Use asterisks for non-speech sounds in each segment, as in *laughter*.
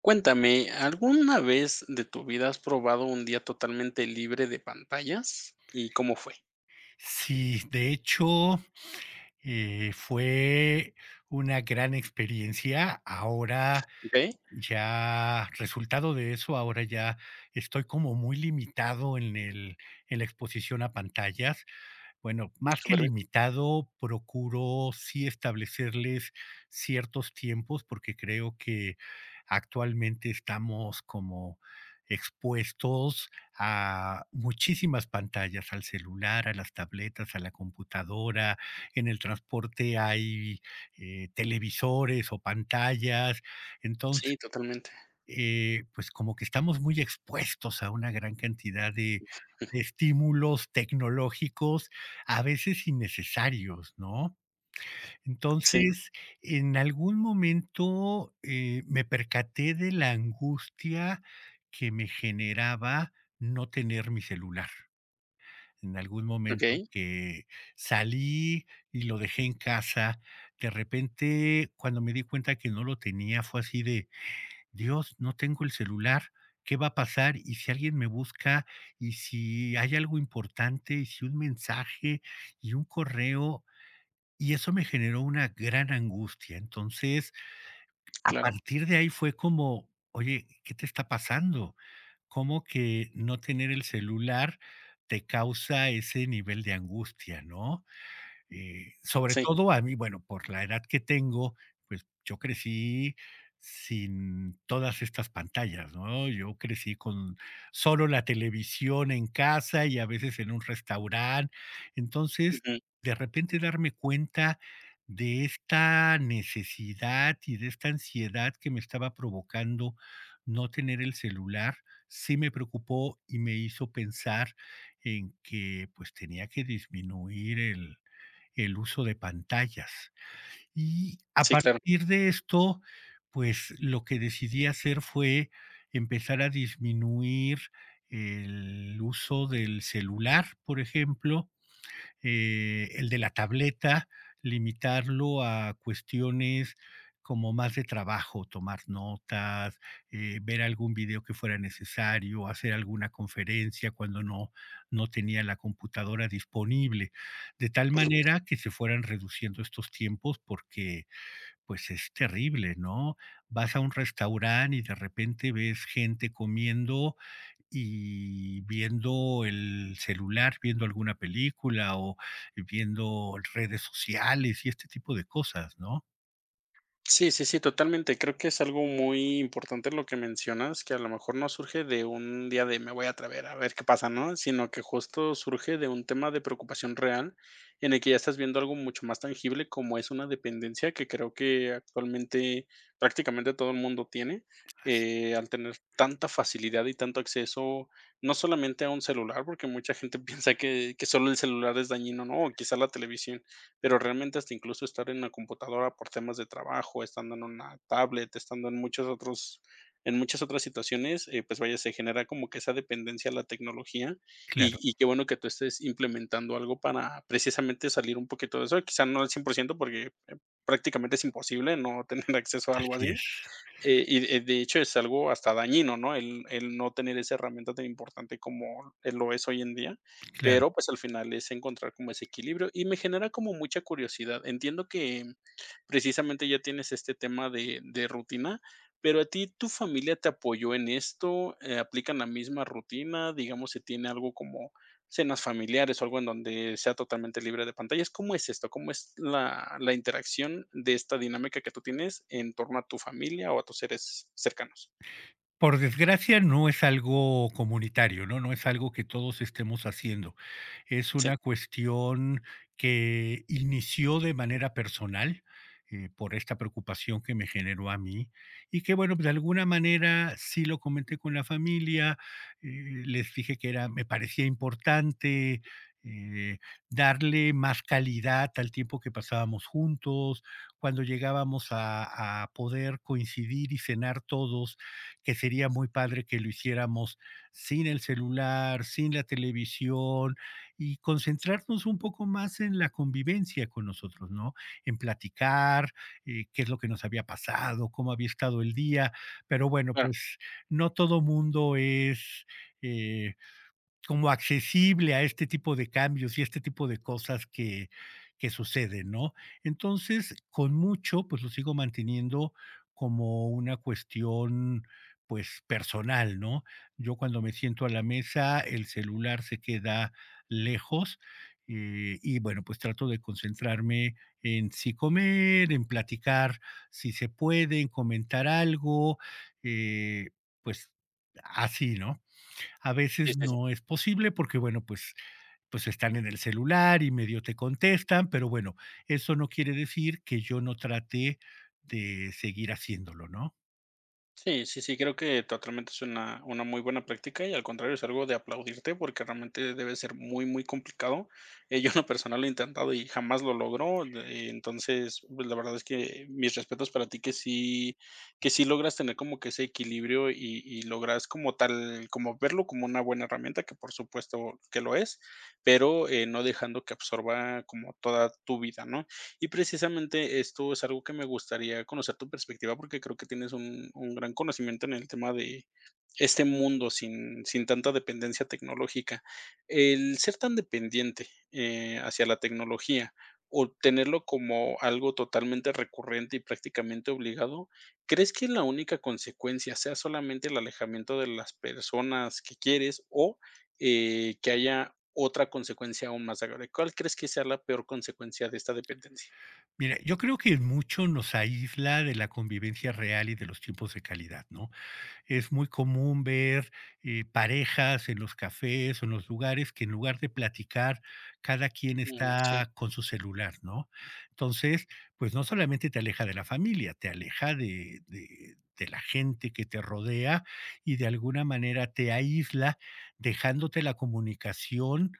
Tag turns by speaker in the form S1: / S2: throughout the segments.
S1: Cuéntame, ¿alguna vez de tu vida has probado un día totalmente libre de pantallas? ¿Y cómo fue?
S2: Sí, de hecho, fue una gran experiencia. Ahora
S1: ¿Ok?
S2: ya, resultado de eso, ahora ya estoy como muy limitado en el en la exposición a pantallas. Bueno,
S1: Mm,
S2: más que
S1: superbién.
S2: limitado, procuro sí establecerles ciertos tiempos, porque creo que actualmente estamos como expuestos a muchísimas pantallas, al celular, a las tabletas, a la computadora, en el transporte hay televisores o pantallas,
S1: Sí, totalmente.
S2: pues como que estamos muy expuestos a una gran cantidad de estímulos tecnológicos, a veces innecesarios, ¿no?
S1: Sí,
S2: Entonces, en algún momento me percaté de la angustia que me generaba no tener mi celular. En algún momento
S1: okey,
S2: que salí y lo dejé en casa, de repente cuando me di cuenta que no lo tenía fue así de, Dios, no tengo el celular, ¿qué va a pasar? ¿Y si alguien me busca? ¿Y si hay algo importante? ¿Y si un mensaje? ¿Y un correo? Y eso me generó una gran angustia. Entonces, a
S1: claro.
S2: partir de ahí fue como, oye, ¿qué te está pasando? ¿Cómo que no tener el celular te causa ese nivel de angustia, no? Sobre
S1: Sí,
S2: todo a mí, bueno, por la edad que tengo, pues yo crecí sin todas estas pantallas, ¿no? Yo crecí con solo la televisión en casa y a veces en un restaurante. Entonces,
S1: ujú.
S2: de repente darme cuenta de esta necesidad y de esta ansiedad que me estaba provocando no tener el celular, sí me preocupó y me hizo pensar en que pues tenía que disminuir el uso de pantallas. Y a
S1: Sí, claro.
S2: partir de esto, pues lo que decidí hacer fue empezar a disminuir el uso del celular, por ejemplo, el de la tableta, limitarlo a cuestiones como más de trabajo, tomar notas, ver algún video que fuera necesario, hacer alguna conferencia cuando no tenía la computadora disponible, de tal manera que se fueran reduciendo estos tiempos porque pues es terrible, ¿no? Vas a un restaurante y de repente ves gente comiendo y viendo el celular, viendo alguna película o viendo redes sociales y este tipo de cosas, ¿no?
S1: Sí, sí, sí, totalmente. Creo que es algo muy importante lo que mencionas, que a lo mejor no surge de un día de me voy a atrever a ver qué pasa, ¿no? Sino que justo surge de un tema de preocupación real en el que ya estás viendo algo mucho más tangible como es una dependencia que creo que actualmente prácticamente todo el mundo tiene.
S2: Así,
S1: Al tener tanta facilidad y tanto acceso, no solamente a un celular, porque mucha gente *laughs* piensa que solo el celular es dañino, ¿no? O quizá la televisión, pero realmente hasta incluso estar en la computadora por temas de trabajo, estando en una tablet, estando en muchos otros en muchas otras situaciones, pues vaya, se genera como que esa dependencia a la tecnología.
S2: claro,
S1: Y qué bueno que tú estés implementando algo para precisamente salir un poquito de eso, quizá no al 100% porque prácticamente es imposible no tener *laughs* acceso a algo
S2: así es,
S1: así, y de hecho es algo hasta dañino, ¿no? El no tener esa herramienta tan importante como lo es hoy en día,
S2: claro.
S1: pero, pues, al final es encontrar como ese equilibrio y me genera como mucha curiosidad. Entiendo que precisamente ya tienes este tema de rutina, pero a ti, ¿tu familia te apoyó en esto? ¿Aplican la misma rutina? Digamos, ¿se tiene algo como cenas familiares o algo en donde sea totalmente libre de pantallas? ¿Cómo es esto? ¿Cómo es la interacción de esta dinámica que tú tienes en torno a tu familia o a tus seres cercanos?
S2: Por desgracia, no es algo comunitario, ¿no? No es algo que todos estemos haciendo. Es
S1: Sí,
S2: una cuestión que inició de manera personal, por esta preocupación que me generó a mí y que, bueno, de alguna manera sí lo comenté con la familia, eh, les dije que era me parecía importante, eh, darle más calidad al tiempo que pasábamos juntos, cuando llegábamos a poder coincidir y cenar todos, que sería muy padre que lo hiciéramos sin el celular, sin la televisión y concentrarnos un poco más en la convivencia con nosotros, ¿no? En platicar, qué es lo que nos había pasado, cómo había estado el día, pero bueno,
S1: claro.
S2: pues no todo mundo es... eh, como accesible a este tipo de cambios y este tipo de cosas que suceden, ¿no? Entonces, con mucho, pues lo sigo manteniendo como una cuestión, pues personal, ¿no? Yo cuando me siento a la mesa, el celular se queda lejos, y bueno, pues trato de concentrarme en si comer, en platicar, si se puede, en comentar algo, eh, pues así, ¿no? A
S1: Sí,
S2: veces
S1: sí, sí.
S2: no es posible porque, bueno, pues están en el celular y medio te contestan, pero bueno, eso no quiere decir que yo no trate de seguir haciéndolo, ¿no?
S1: Sí, sí, sí, creo que totalmente es una muy buena práctica y al contrario es algo de aplaudirte porque realmente debe ser muy, muy complicado. Yo en lo personal lo he intentado y jamás lo logro. Entonces, pues, la verdad es que mis respetos para ti que sí logras tener como que ese equilibrio y logras como tal, como verlo como una buena herramienta, que por supuesto que lo es, pero no dejando que absorba como toda tu vida, ¿no? Y precisamente esto es algo que me gustaría conocer tu perspectiva, porque creo que tienes un gran conocimiento en el tema de este mundo sin tanta dependencia tecnológica. El ser tan dependiente hacia la tecnología o tenerlo como algo totalmente recurrente y prácticamente obligado, ¿crees que la única consecuencia sea solamente el alejamiento de las personas que quieres o que haya otra consecuencia aún más grave? ¿Cuál crees que sea la peor consecuencia de esta dependencia?
S2: Mira, yo creo que mucho nos aísla de la convivencia real y de los tiempos de calidad, ¿no? Es muy común ver parejas en los cafés o en los lugares que en lugar de platicar, cada quien
S1: Mm, sí,
S2: está con su celular, ¿no? Entonces, pues no solamente te aleja de la familia, te aleja de la gente que te rodea y de alguna manera te aísla, dejándote la comunicación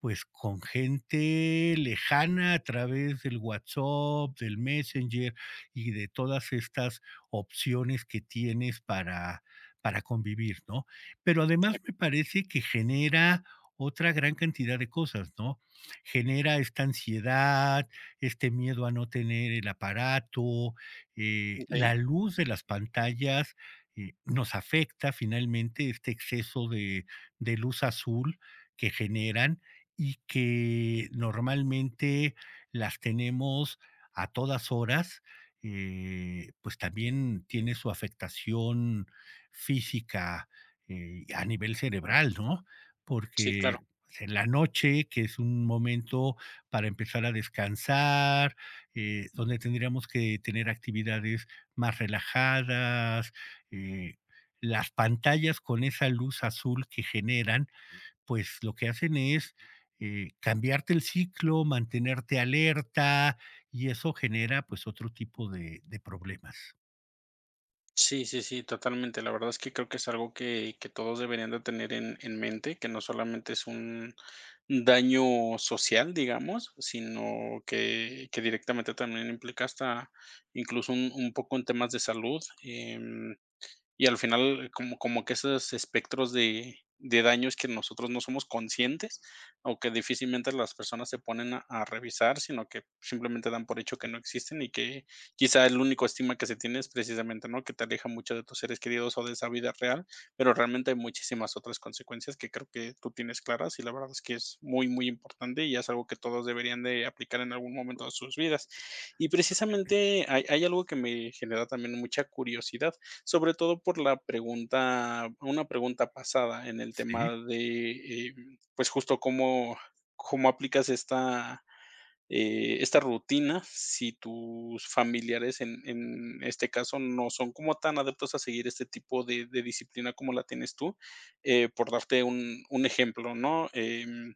S2: pues con gente lejana a través del WhatsApp, del Messenger y de todas estas opciones que tienes para convivir, ¿no? Pero además me parece que genera otra gran cantidad de cosas, ¿no? Genera esta ansiedad, este miedo a no tener el aparato,
S1: sí,
S2: la
S1: okey.
S2: luz de las pantallas nos afecta finalmente este exceso de luz azul que generan y que normalmente las tenemos a todas horas, pues también tiene su afectación física, a nivel cerebral, ¿no?
S1: Sí, claro.
S2: Porque pues, en la noche, que es un momento para empezar a descansar, donde tendríamos que tener actividades más relajadas, eh, las pantallas con esa luz azul que generan, pues lo que hacen es cambiarte el ciclo, mantenerte alerta y eso genera pues otro tipo de problemas.
S1: Sí, sí, sí, totalmente. La verdad es que creo que es algo que todos deberían de tener en mente, que no solamente es un daño social, digamos, sino que directamente también implica hasta incluso un poco en temas de salud. Y al final, como que esos espectros de daños que nosotros no somos conscientes, o que difícilmente las personas se ponen a revisar, sino que simplemente dan por hecho que no existen y que quizá el único estigma que se tiene es precisamente, ¿no?, que te aleja mucho de tus seres queridos o de esa vida real, pero realmente hay muchísimas otras consecuencias que creo que tú tienes claras y la verdad es que es muy, muy importante y es algo que todos deberían de aplicar en algún momento de sus vidas. Y precisamente hay algo que me genera también mucha curiosidad. Sobre todo por la pregunta una pregunta pasada en el
S2: Sí,
S1: tema de, pues, justo cómo aplicas esta rutina si tus familiares, en este caso, no son como tan adeptos a seguir este tipo de disciplina como la tienes tú. Por darte un ejemplo, ¿no? Em,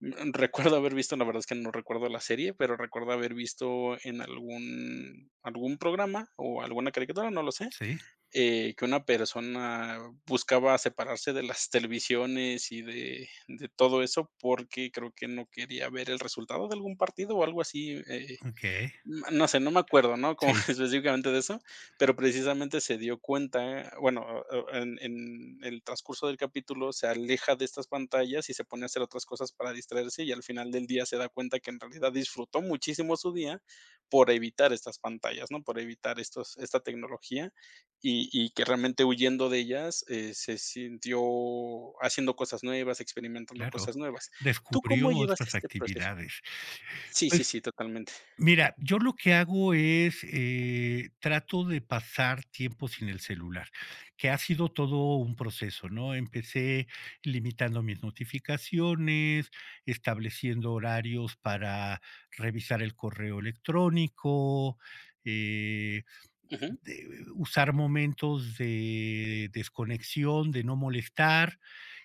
S1: mm, Recuerdo haber visto, la verdad es que no recuerdo la serie, pero recuerdo haber visto en algún programa o alguna caricatura, no lo sé,
S2: sí,
S1: que una persona buscaba separarse de las televisiones y de todo eso, porque creo que no quería ver el resultado de algún partido o algo así, eh
S2: ok.
S1: Mm, No sé, no me acuerdo, ¿no? Como
S2: Sí.
S1: *laughs* específicamente de eso, pero precisamente se dio cuenta, bueno, o en el transcurso del capítulo se aleja de estas pantallas y se pone a hacer otras cosas para distraerse, y al final del día se da cuenta que en realidad disfrutó muchísimo su día por evitar estas pantallas, ¿no? Por evitar estos esta tecnología, y que realmente huyendo de ellas, se sintió haciendo cosas nuevas, experimentando
S2: Claro,
S1: cosas nuevas. ¿Tú
S2: descubrió
S1: cómo llevas
S2: otras
S1: este proceso?
S2: actividades.
S1: Sí,
S2: Pues,
S1: sí, sí, totalmente.
S2: mira, yo lo que hago es, trato de pasar tiempo sin el celular, que ha sido todo un proceso, ¿no? Empecé limitando mis notificaciones, estableciendo horarios para revisar el correo electrónico, eh
S1: Ujú,
S2: de usar momentos de desconexión, de no molestar,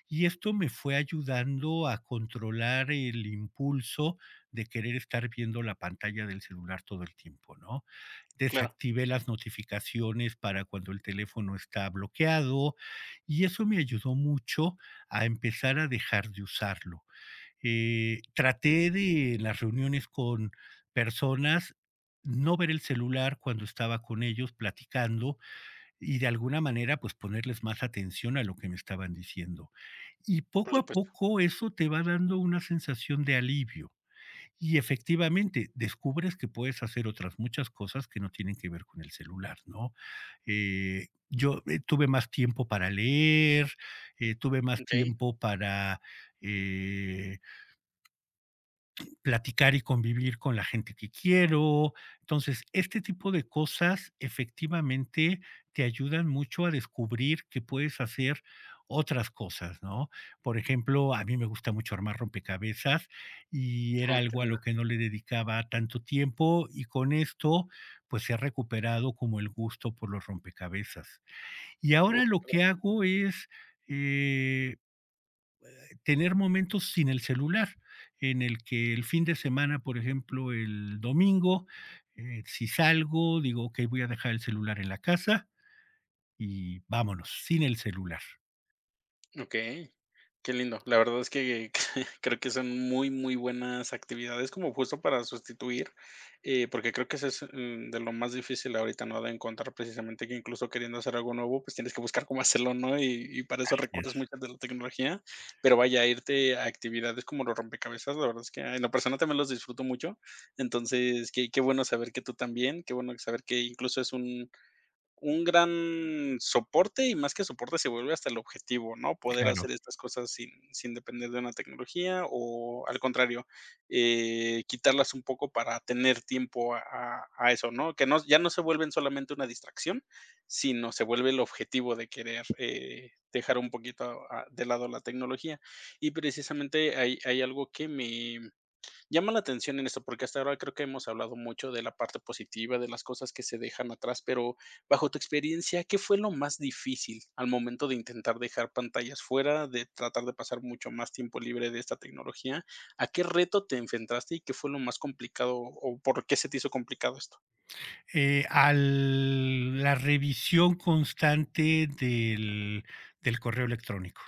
S2: y esto me fue ayudando a controlar el impulso de querer estar viendo la pantalla del celular todo el tiempo, ¿no?
S1: claro.
S2: Desactivé las notificaciones para cuando el teléfono está bloqueado y eso me ayudó mucho a empezar a dejar de usarlo. Traté de en las reuniones con personas no ver el celular cuando estaba con ellos platicando y de alguna manera, pues ponerles más atención a lo que me estaban diciendo. Y
S1: Por
S2: poco a
S1: supuesto.
S2: poco eso te va dando una sensación de alivio. Y efectivamente, descubres que puedes hacer otras muchas cosas que no tienen que ver con el celular, ¿no? Yo tuve más tiempo para leer, tuve más
S1: Okey.
S2: tiempo para eh, platicar y convivir con la gente que quiero. Entonces, este tipo de cosas efectivamente te ayudan mucho a descubrir que puedes hacer otras cosas, ¿no? Por ejemplo, a mí me gusta mucho armar rompecabezas y era
S1: Ajá, qué
S2: algo a
S1: lindo.
S2: lo que no le dedicaba tanto tiempo y con esto pues se ha recuperado como el gusto por los rompecabezas. Y
S1: Oh,
S2: ahora lo que hago es, eh, tener momentos sin el celular, en el que el fin de semana, por ejemplo, el domingo, si salgo, digo, ok, voy a dejar el celular en la casa y vámonos, sin el celular.
S1: okey. Qué lindo. La verdad es que *laughs* creo que son muy, muy buenas actividades como justo para sustituir, porque creo que eso es, mm, de lo más difícil ahorita, ¿no? De encontrar precisamente que incluso queriendo hacer algo nuevo, pues tienes que buscar cómo hacerlo, ¿no? Y para eso
S2: Así es,
S1: recurres muchas de la tecnología, pero vaya, a irte a actividades como los rompecabezas, la verdad es que en lo personal también los disfruto mucho. Entonces, qué bueno saber que tú también, qué bueno saber que incluso es un gran soporte, y más que soporte, se vuelve hasta el objetivo, ¿no? Poder
S2: claro.
S1: hacer estas cosas sin depender de una tecnología, o al contrario, quitarlas un poco para tener tiempo a eso, ¿no? Que no ya no se vuelven solamente una distracción, sino se vuelve el objetivo de querer, dejar un poquito a de lado la tecnología. Y precisamente hay algo que me Llama la atención en esto, porque hasta ahora creo que hemos hablado mucho de la parte positiva, de las cosas que se dejan atrás, pero bajo tu experiencia, ¿qué fue lo más difícil al momento de intentar dejar pantallas fuera, de tratar de pasar mucho más tiempo libre de esta tecnología? ¿A qué reto te enfrentaste y qué fue lo más complicado o por qué se te hizo complicado esto?
S2: Al la revisión constante del correo electrónico.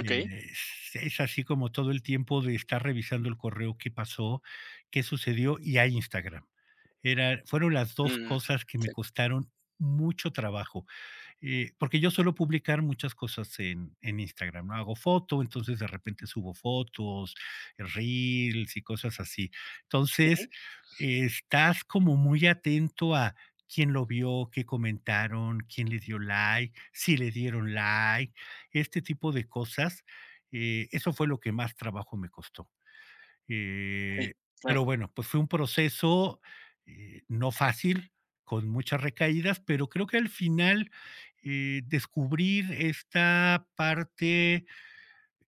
S2: Eh, es así como todo el tiempo de estar revisando el correo, qué pasó, qué sucedió, y hay Instagram. Era fueron las dos
S1: Mm,
S2: cosas que me
S1: sí.
S2: costaron mucho trabajo. Porque yo suelo publicar muchas cosas en Instagram, ¿no? Hago foto, entonces de repente subo fotos, reels y cosas así. Entonces,
S1: Ujú,
S2: estás como muy atento a quién lo vio, qué comentaron, quién le dio like, si le dieron like, este tipo de cosas. Eso fue lo que más trabajo me costó.
S1: sí,
S2: Eh, pero
S1: claro.
S2: bueno, pues fue un proceso, no fácil, con muchas recaídas, pero creo que al final, descubrir esta parte,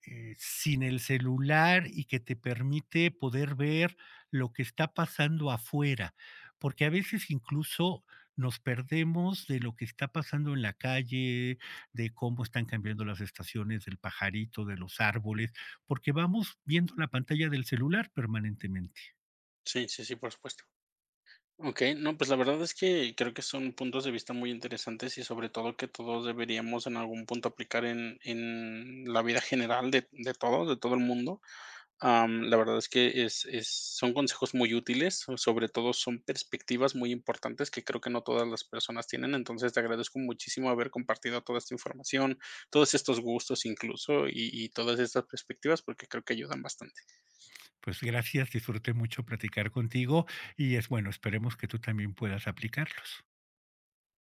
S2: sin el celular y que te permite poder ver lo que está pasando afuera, porque a veces incluso nos perdemos de lo que está pasando en la calle, de cómo están cambiando las estaciones, del pajarito, de los árboles, porque vamos viendo la pantalla del celular permanentemente.
S1: Sí, sí, sí, por supuesto. Ok, no, pues la verdad es que creo que son puntos de vista muy interesantes y sobre todo que todos deberíamos en algún punto aplicar en la vida general de todos, de todo el mundo. La verdad es que es son consejos muy útiles, sobre todo son perspectivas muy importantes que creo que no todas las personas tienen. Entonces, te agradezco muchísimo haber compartido toda esta información, todos estos gustos incluso y todas estas perspectivas, porque creo que ayudan bastante.
S2: Pues gracias, disfruté mucho platicar contigo y es bueno, esperemos que tú también puedas aplicarlos.